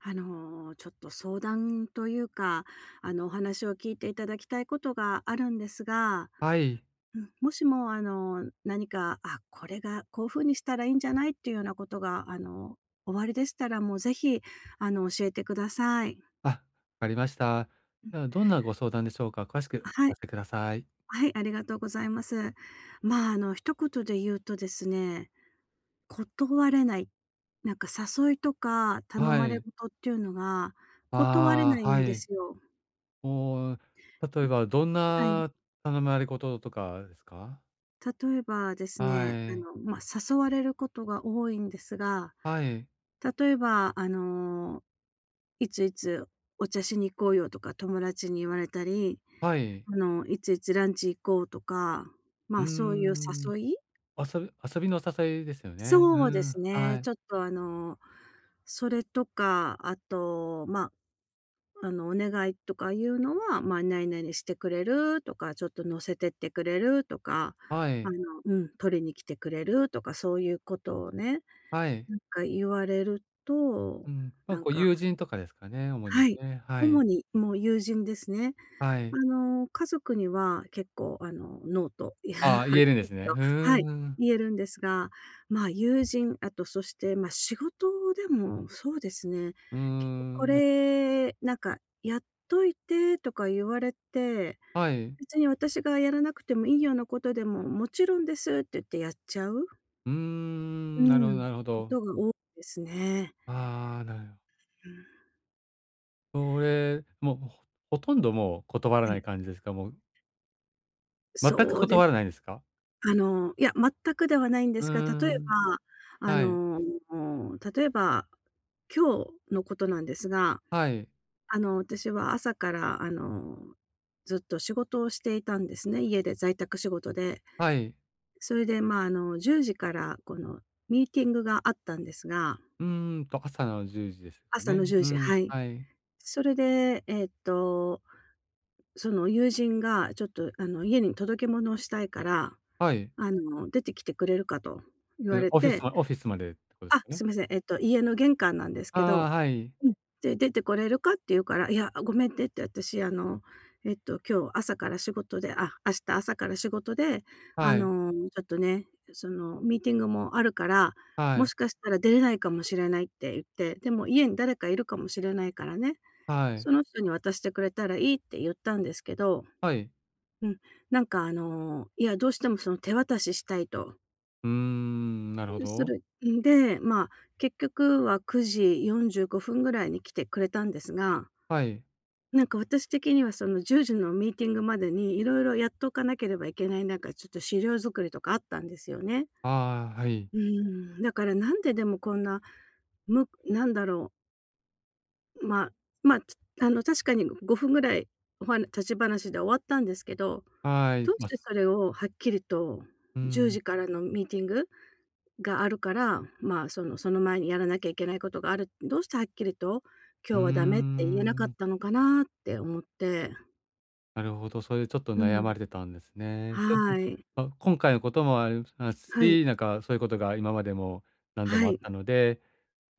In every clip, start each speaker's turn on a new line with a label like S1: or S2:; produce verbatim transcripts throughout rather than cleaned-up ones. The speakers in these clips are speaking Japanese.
S1: あの、ちょっと相談というか、あの、お話を聞いていただきたいことがあるんですが、
S2: はい。
S1: うん、もしも、あの、何か、あ、これがこういう風にしたらいいんじゃないっていうようなことが、あの、おありでしたら、もうぜひ、あの、教えてください。
S2: あ、わかりました。では、どんなご相談でしょうか？詳しくお聞
S1: は
S2: か
S1: い。
S2: せください。
S1: はい、ありがとうございます。まあ、あの、一言で言うとですね、断れない、なんか誘いとか頼
S2: は
S1: まれ
S2: い。
S1: 事っていうのが断れ
S2: あ
S1: ない
S2: あ、は
S1: んで
S2: い。
S1: すよ。
S2: もう、例えばどん
S1: はい。
S2: な頼まれごととかですか？
S1: 例えばですね、あ
S2: はい。
S1: の、まあ、誘われることが多いんですが、
S2: はい。
S1: 例えば、あの、いついつお茶しに行こうよとか友達に言われたり、
S2: はい。
S1: あの、いついつランチ行こうとか、
S2: うー
S1: ま、そういう
S2: ん。
S1: 誘い、
S2: 遊び遊びのお誘いですよね。う
S1: そうで
S2: ん、
S1: す
S2: は
S1: ね。
S2: い。
S1: ちょっとあの、それとか、あと、まあ、あの、お願いとかいうのは、まあ、何々してくれるとか、ちょっと乗せてってくれるとか、
S2: は
S1: あ
S2: い。
S1: のうん、取りに来てくれるとか、そういうことをね、
S2: はい。
S1: なんか言われると、
S2: うん。まあ、
S1: なん
S2: ご
S1: か、
S2: 友人とかですかね、主に
S1: はい、
S2: ね。はい。
S1: 主にもう友人ですね。
S2: は
S1: あ
S2: い。
S1: の、家族には結構、あの、ノーと、いや、は
S2: ああ、言
S1: っ
S2: えるん
S1: き
S2: で
S1: り
S2: すね。
S1: と、
S2: うー
S1: はい、
S2: ん。
S1: 言えるんですが、まあ、友人、あとそして、まあ、仕事でもそうですね、
S2: うー
S1: 結構こ
S2: ん。な
S1: れ、なんか「やっといて」とか言われて、
S2: はい。
S1: 別に私がやらなくてもいいようなことでも「もちろんです」って言ってやっちゃう、
S2: うーん、なる
S1: う
S2: ほど
S1: ん、
S2: なるほ
S1: こ
S2: ど。
S1: とが多いですね。
S2: ああ、なるほど。
S1: うん、
S2: それ、もう、ほほとんどもう断ら
S1: は
S2: ない
S1: い、
S2: 感じですか？もう全く
S1: そうです。
S2: 断らないですか？
S1: あの、いや、全くではないんで
S2: うー
S1: すが、例え
S2: ん、
S1: ば、あ
S2: はい、
S1: の、例えば、今日のことなんですが、
S2: はい、
S1: あの、私は朝から、あの、ずっと仕事をしていたんですね。家で在宅仕事で。
S2: はい。
S1: それで、まあ、あの、じゅうじからこのミーティングがあったんですが、
S2: うーんと、朝のじゅうじですか
S1: 朝の
S2: ね。
S1: 10
S2: う
S1: 時、
S2: ん、
S1: はい。
S2: はい、
S1: それで、えっと、その友人がちょっと、あの、家に届け物をしたいから、
S2: はい。
S1: あの、出てきてくれるかと言
S2: う
S1: わ
S2: ん、
S1: れ
S2: オフィス
S1: て、
S2: まオフィスまでってことですか
S1: あ、
S2: ね？
S1: すいません。えっと、家の玄関なんです
S2: あ
S1: け
S2: あ、
S1: ど、
S2: はい、
S1: うん。で、「出てこれるか？」って言うから、「いや、ごめんね」って、「私、あの、えっと、今日朝から仕事で、あ、明日朝から仕事で、あ
S2: はい、
S1: の、ちょっとね、その、ミーティングもあるから、
S2: は
S1: も
S2: い、
S1: しかしたら出れないかもしれない」って言って、「でも家に誰かいるかもしれないからね、
S2: はい、
S1: その人に渡してくれたらいい」って言ったんですけど、
S2: はい。
S1: うん、なんか、あの、「いや、どうしても、その、手渡ししたい」と。
S2: うーん、なるほ
S1: す
S2: ど。
S1: るんで、まあ、結局はくじよんじゅうごふんぐらいに来てくれたんですが、
S2: はい。
S1: なんか私的にはそのじゅうじのミーティングまでにいろいろやっとかなければいけない、なんかちょっと資料作りとかあったんですよね。
S2: ああ、はい、
S1: うん、だからなんででもこんな、むなんだろう、まあ、まあ、つあの確かにごふんぐらいおは立ち話で終わったんですけど、
S2: はい、
S1: どうし
S2: ま
S1: て
S2: す。
S1: それをはっきりと
S2: うー
S1: 10
S2: ん、
S1: 時からのミーティングがあるから、まあ、そのその前にやらなきゃいけないことがある。どうしてはっきりと
S2: うー
S1: 「今日はダメ」って言えなかっ
S2: ん。
S1: たのかなって思って。
S2: なるほど、それでちょっと
S1: う
S2: 悩ま
S1: ん。
S2: れてたんですね。
S1: はい。
S2: そあ、今回のこともあります
S1: はい。
S2: し、なんかそういうことが今までも何度
S1: は
S2: もあっ
S1: い。
S2: たので、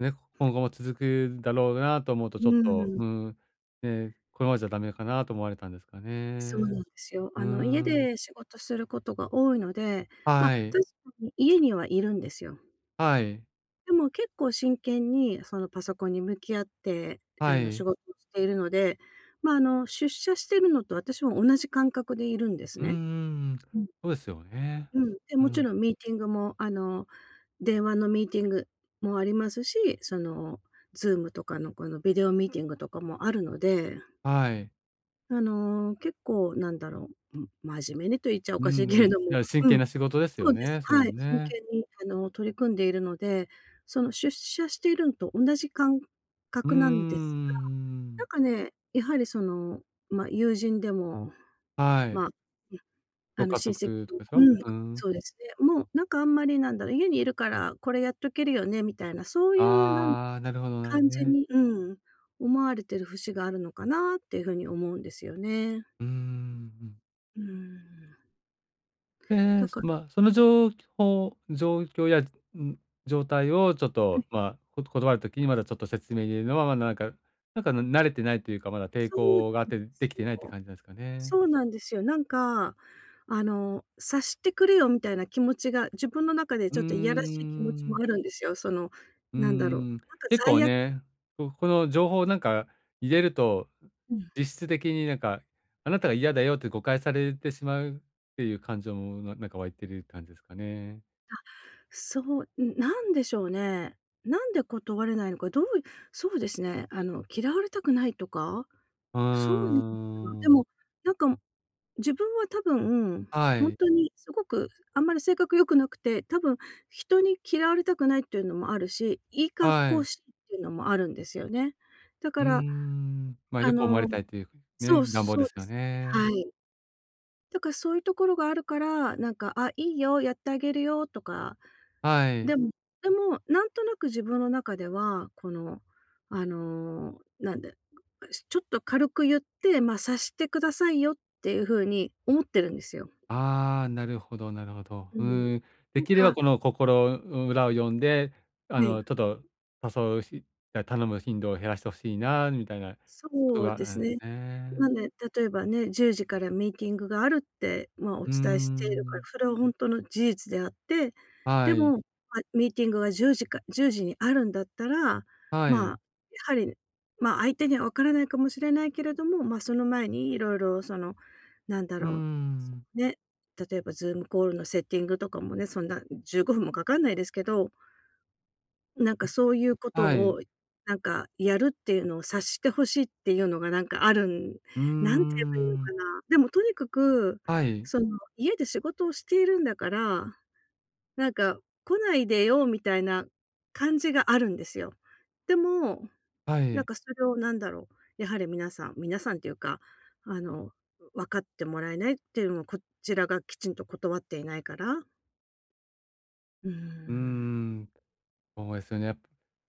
S2: ね、今後も続くだろうなと思うと
S1: う
S2: ちょっと、
S1: ん。
S2: うん、ね、このままじゃダメかなと思われたんですか
S1: そうなん
S2: ね。
S1: ですよ。
S2: う
S1: あの、家
S2: ん。
S1: で仕事することが多いので、ま、
S2: は
S1: 確
S2: い。
S1: かに家にはいるんですよ。
S2: はい。
S1: でも結構真剣にそのパソコンに向き合って、
S2: は
S1: あの、仕
S2: い。
S1: 事をしているので、ま、ああの、出社してるのと私も同じ感覚でいるんです
S2: うん
S1: ね。
S2: うん、そうですよね。
S1: うん、で、
S2: う
S1: もち
S2: ん。
S1: ろんミーティングも、あの、電話のミーティングもありますし、その、Zoom とかのこのビデオミーティングとかもあるので、
S2: はい。
S1: あの、結構なんだろう、ん、真面目にと言っちゃお
S2: う
S1: かしい
S2: ん、
S1: け
S2: い
S1: れども、
S2: や、真
S1: う
S2: 剣
S1: ん、
S2: な仕事です
S1: そ
S2: よ
S1: うです。
S2: ね、それ
S1: はい、真
S2: ね。
S1: 剣にあの、取り組んでいるので、その出社しているのと同じ感
S2: うー
S1: 覚なんです
S2: うう
S1: が、な
S2: ん。
S1: んかね、やはりその、まあ、友人でも、
S2: はい。
S1: まあ
S2: ご
S1: あの、
S2: 家
S1: 親戚、
S2: 族とかです
S1: う
S2: か？
S1: ん、
S2: うーん。
S1: そうですね。もう、なんかあんまりなんだろう、家にいるからこれやっとけるよねみたいな、そういうなん
S2: ああ、なるほどなる
S1: 感じ
S2: ね。
S1: に、うん、思われてる節があるのかなっていう風に思うんですよね。
S2: うーん、うん。
S1: うん。
S2: で、
S1: だから、
S2: ま、そのじょうきょう状況や、ん、状態をちょっ
S1: は
S2: と、
S1: い、
S2: ま、こ断る時にまだちょっと説明入れるのは、ま、なんかなんか慣れてないというか、まだ抵
S1: そうな
S2: 抗があっ
S1: んで
S2: てで
S1: す
S2: きてないって
S1: よ。
S2: 感じなんですかね。
S1: そうなんですよ。なんか、あの、察してくれよみたいな気持ちが、自分の中で
S2: うー
S1: ちょっといやらしい気持ちも
S2: ん。
S1: あるんですよ。その、
S2: うー
S1: なんだろう、
S2: ん、
S1: なんか
S2: 結構
S1: 罪悪、
S2: ね、ここの情報をなんか入れると、
S1: うん。
S2: 実質的になんか、あなたが嫌だよって誤解されてしまうっていう感情も、ななんか湧いてる感じですかね。
S1: そう、ん、なんでしょうね。なんで断れないのか、どういそうですね、あの、嫌われたくないとか、
S2: う
S1: そうな
S2: ー
S1: のかな。で
S2: ん。
S1: も、なんか、自分は多分、
S2: は
S1: ほん
S2: い、
S1: とにすごくあんまり性格良くなくて、多分人に嫌われたくないっていうのもあるし、いい格
S2: は
S1: 好
S2: い。
S1: したいっていうのもあるんですよね。だ
S2: う
S1: か
S2: ー
S1: ら、
S2: ん。ま、あ
S1: あ
S2: 良く思われ
S1: の
S2: たいという
S1: そ
S2: ね、
S1: う、
S2: 願望
S1: そ
S2: で
S1: う
S2: す
S1: で
S2: よ
S1: すね、
S2: ね。
S1: はい。だからそういうところがあるから、なんか「あ、いいよ、やってあげるよ」とか、
S2: はい。
S1: でもでも、なんとなく自分の中では、この、あの、なんで、ちょっと軽く言って、まあ、察してくださいよっていう風に思ってるんですよ。
S2: ああ、なるほどなるほど。
S1: う
S2: う
S1: ん。
S2: ーん、
S1: な
S2: で
S1: ん
S2: きれば
S1: か、
S2: この心裏を読んで、あ
S1: は
S2: の、
S1: い。
S2: ちょっと誘うしあ、頼む頻度を減らしてほしいなみたいなこと
S1: そう
S2: があ
S1: で
S2: る
S1: す
S2: んで
S1: ね。
S2: す
S1: な
S2: ね。
S1: んで、例えばね、じゅうじからミーティングがあるって、まあ、お
S2: うー
S1: 伝えしているから、
S2: ん、
S1: それは本当の事実であって、
S2: は
S1: で
S2: い、
S1: も、まあ、ミーティングがじゅうじかいちじにあるんだったら、
S2: は
S1: まあ、
S2: い、
S1: やはり、まあ、相手にはわからないかもしれないけれども、まあ、その前にいろいろその、なんだ
S2: うー
S1: ろ
S2: ん、
S1: う、ね、例えばズームコールのセッティングとかもね、そんなじゅうごふんもかかんないですけど、なんか
S2: ん、
S1: そういうこと
S2: はい、
S1: を、なんかやるっていうのを察してほしいっていうのがなんかあるん、
S2: うー
S1: なんて言えばいいの
S2: ん、
S1: かな。でもとにかく、
S2: はい、
S1: その家で仕事をしているんだから、なんか来ないでよみたいな感じがあるんですよ。でも、
S2: は
S1: なん
S2: い、
S1: かそれをなんだろう、やはり皆さん、皆さんっていうか、あの、分かってもらえないっていうのも、こちらがきちんと断っていないから。うー
S2: うー
S1: ん。
S2: ん。そうですよね。やっぱ、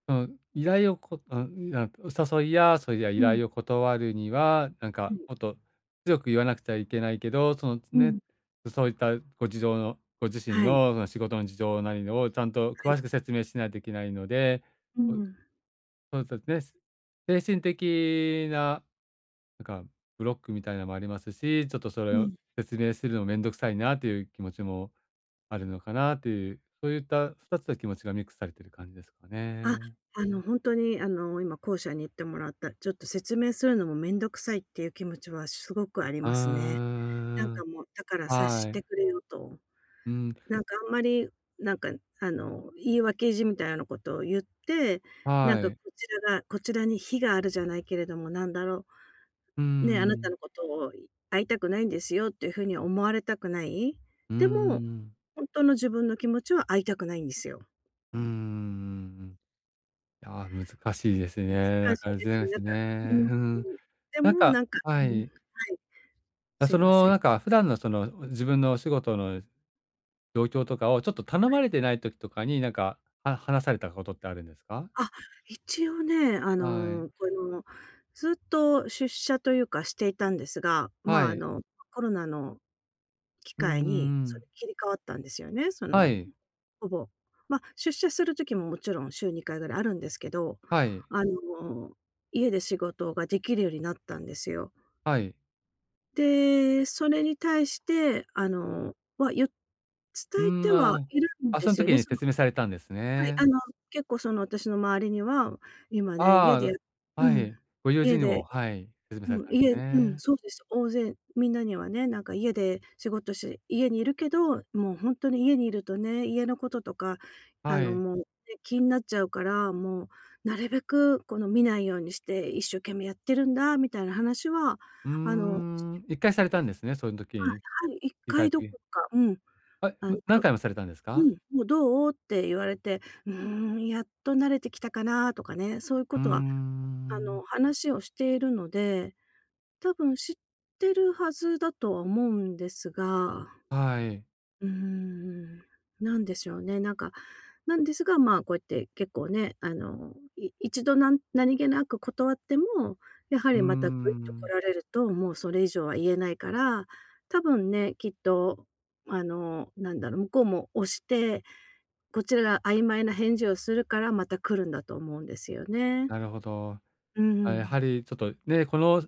S2: その依頼をこあ、なんかお誘いや、そういや依
S1: うん、
S2: 頼を断るには、なん
S1: は
S2: か
S1: い。
S2: もっと強く言わなくちゃいけないけど、その
S1: う
S2: ね、
S1: ん。
S2: そういったご事情のご自身
S1: はい、
S2: のその仕事の事情なりをちゃんと
S1: はい。
S2: 詳しく説明しないといけないので、
S1: う
S2: お
S1: ん。
S2: そうですね、精神的な、なんかブロックみたいなのもありますし、ちょっとそれ
S1: う
S2: を
S1: ん。
S2: 説明するの面倒くさいなという気持ちもあるのかなという、そういったふたつの気持ちがミックスされている感じですか
S1: あ、
S2: ね。
S1: あの、本当に、あの、今後者に言ってもらった、ちょっと説明するのもめんどくさいっていう気持ちはすごくあり
S2: う
S1: ますね。
S2: ー
S1: なんか
S2: ん、
S1: もう、だから察
S2: は
S1: し
S2: い。
S1: てくれよと。
S2: うん、
S1: なんかあんまり、なんか、あの、言い訳意みたいなことを言って、なん
S2: は
S1: かこ
S2: い。
S1: ちらがこちらに非があるじゃないけれども、なんだろ
S2: う
S1: う、ね、あなた
S2: ん、
S1: のことを会いたくないんですよっていうふうに思われたくない。
S2: うー
S1: でも、
S2: ん、
S1: 本当の自分の気持ちは会いたくないんですよ。
S2: うーん。いや、難しいです
S1: 難
S2: ね。だ
S1: しい
S2: から
S1: で
S2: そう
S1: す
S2: で
S1: よね。
S2: す
S1: だから、う
S2: ね。
S1: ん、
S2: うん。
S1: で
S2: なん
S1: も、
S2: か
S1: なんか、
S2: は
S1: うん、は
S2: い。
S1: い、
S2: あ
S1: すい
S2: そ
S1: ま
S2: の、
S1: せん。
S2: なんか、普段のその、自分のお仕事の状況とかを、ちょっと頼まれてない時とかに、なんか、は話されたことってあるんですか？
S1: あ、一応ね、あ
S2: はい。
S1: の、この、ずっと出社というかしていたんですが、
S2: は
S1: まあ、あ
S2: い。
S1: の、コロナの機
S2: うんうん
S1: 会に
S2: う
S1: そ
S2: ん。
S1: れ切り替わったんですよね、そ
S2: は
S1: の、
S2: い。
S1: ほぼ。まあ、出社する時ももちろん週にかいぐらいあるんですけど、
S2: はい。
S1: あの、家で仕事ができるようになったんですよ。
S2: はい。
S1: で、それに対して、あの、は、ゆ
S2: う
S1: 伝え
S2: ーん、
S1: て
S2: あ
S1: は
S2: あ。
S1: いるん
S2: あ、
S1: で
S2: そん
S1: すよ
S2: 時
S1: ね。
S2: に
S1: その、
S2: 説明されたんです
S1: はい、あ
S2: ね。
S1: の、結構その私の周りには、今ね、家で
S2: ああ、
S1: う
S2: は
S1: ん、
S2: い。ご友
S1: 家
S2: 人にも、
S1: で
S2: はい、説明され
S1: うん、
S2: たんです
S1: 家うん、
S2: ね。
S1: そうです。大勢みんなにはね、なんか家で仕事し家にいるけど、もうほんとに家にいるとね、家のこととか、あ
S2: は
S1: の、
S2: い。
S1: もう、ね、気になっちゃうから、もうなるべくこの見ないようにして一生懸命やってるんだみたいな話は、
S2: うー
S1: あの
S2: ん、いっかいされたんですね、その時
S1: は
S2: に、
S1: い、はい、1
S2: 振り
S1: 回どころか、うん、
S2: あ、
S1: あの、
S2: む何
S1: と
S2: 回もされたんです
S1: う
S2: か？
S1: ん、もう「どう？」って言われて、うーん、やっと慣れてきたかなとかね、そういう
S2: う
S1: こ
S2: ー
S1: とは、あ
S2: ん、
S1: の、話をしているので、多分知ってるはずだとは思うんですが、
S2: はい。
S1: うーん、なんでしょうね。なんか、なんですが、まあ、こうやって結構ね、あの、い一度なん何気なく断っても、やは
S2: うー
S1: りまたグいッと来
S2: ん、
S1: られると、もうそれ以上は言えないから、多分ね、きっと、あの、なんだろう、向こうも押して、こちらが曖昧な返事をするから、また来るんだと思うんですよね。
S2: なるほど。
S1: う
S2: あ、やは
S1: ん。
S2: りちょっとね、この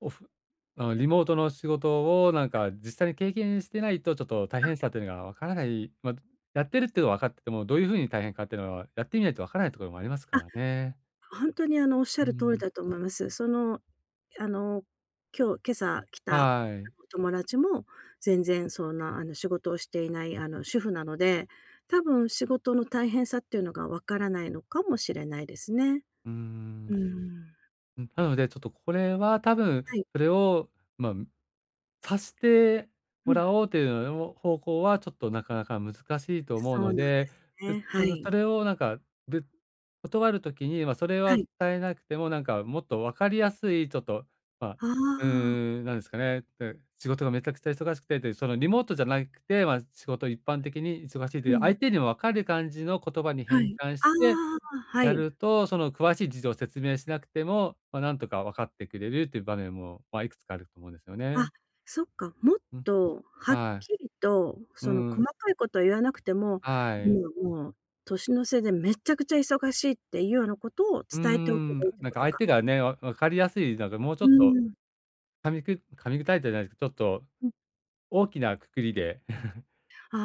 S2: オフあの、リモートの仕事をなんか実際に経験してないと、ちょっと大変さというのがわからない、ま、やってるっていうのは分かってても、どういう風に大変かっていうのは、やってみないとわからないところもありますからね。
S1: 本当にあの、おっし
S2: う
S1: ゃる通り
S2: ん、
S1: だと思います。その、あの、今日今朝来た
S2: はい。
S1: お友達も、全然そんなあの、仕事をしていないあの、主婦なので、多分仕事の大変さっていうのがわからないのかもしれないですね。
S2: うーん、
S1: うん。
S2: うん、なので、ちょっとこれは多分
S1: はい。
S2: それを、まあ、さして
S1: う
S2: も
S1: ん。
S2: らおうというの方向はちょっとなかなか難しいと思う
S1: そうな
S2: の
S1: んで
S2: で、
S1: す
S2: で、
S1: ね。は
S2: そそ
S1: い。
S2: それをなんか、ぶ断る時に、まあ、それ
S1: は
S2: は
S1: い。
S2: 伝えなくても、なんかもっと分かりやすい、ちょっと、まあ、
S1: あ
S2: うー
S1: あ、
S2: ん、なんですかね、で、仕事がめちゃくちゃ忙しくてで、そのリモートじゃなくて、まあ、仕事一般的に忙しいと
S1: う
S2: いう、
S1: ん、
S2: 相手にも分かる感じの言葉に
S1: は
S2: 変
S1: い。
S2: 換
S1: あ
S2: して
S1: あ、は
S2: や
S1: い。
S2: ると、その詳しい事情を説明しなくても、まあ、なんとか分かってくれるっていう場面も、まあ、いくつかあると思うんですよ
S1: あ、
S2: ね。
S1: そっか、もっ
S2: うん、
S1: とはっ
S2: はい。
S1: きりと、
S2: う
S1: その細
S2: ん、
S1: かいことは言わなくても、
S2: はい。
S1: 今もう年の瀬でめちゃくちゃ忙しいっていうようなことを
S2: うー
S1: 伝えておけ
S2: ん、
S1: ばいいって
S2: なん
S1: こ
S2: か
S1: と
S2: 相
S1: か。
S2: 手がね、わ分かりやすい、なんかもうちょ
S1: う
S2: っと
S1: ん。
S2: 噛みく噛み砕いたじゃないですけど、ちょっと
S1: うん。
S2: 大きな括りで、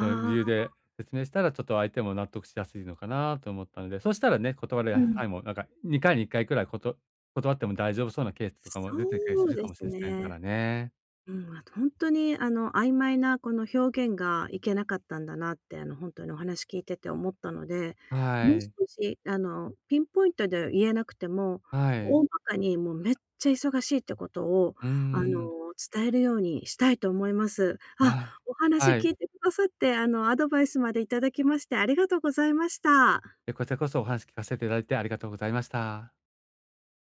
S2: の理由
S1: あ、
S2: で説明したら、ちょっと相手も納得しやすいのかなと思ったので、そしたらね、断る
S1: うん、
S2: 範囲もなんかにかいにいっかいくらいこと断っても大丈夫そうなケースとかも出てきたり
S1: そ
S2: す
S1: う
S2: るか
S1: で
S2: もし
S1: す
S2: れませんか
S1: ね。
S2: らね。
S1: うん、あと本当にあの、曖昧なこの表現がいけなかったんだなって、あの、本当にお話聞いてて思ったので、
S2: は
S1: もう
S2: い、
S1: 少しあの、ピンポイントで言えなくても、
S2: はい。
S1: 大まかにもうめっちゃ忙しいってことを、
S2: うー
S1: あの、
S2: ん。
S1: 伝えるようにしたいと思います。あ、
S2: あ
S1: お話
S2: は
S1: 聞
S2: い。
S1: いてくださって、あの、アドバイスまでいただきましてありがとうございました。
S2: え、こちらこそお話聞かせていただいてありがとうございました。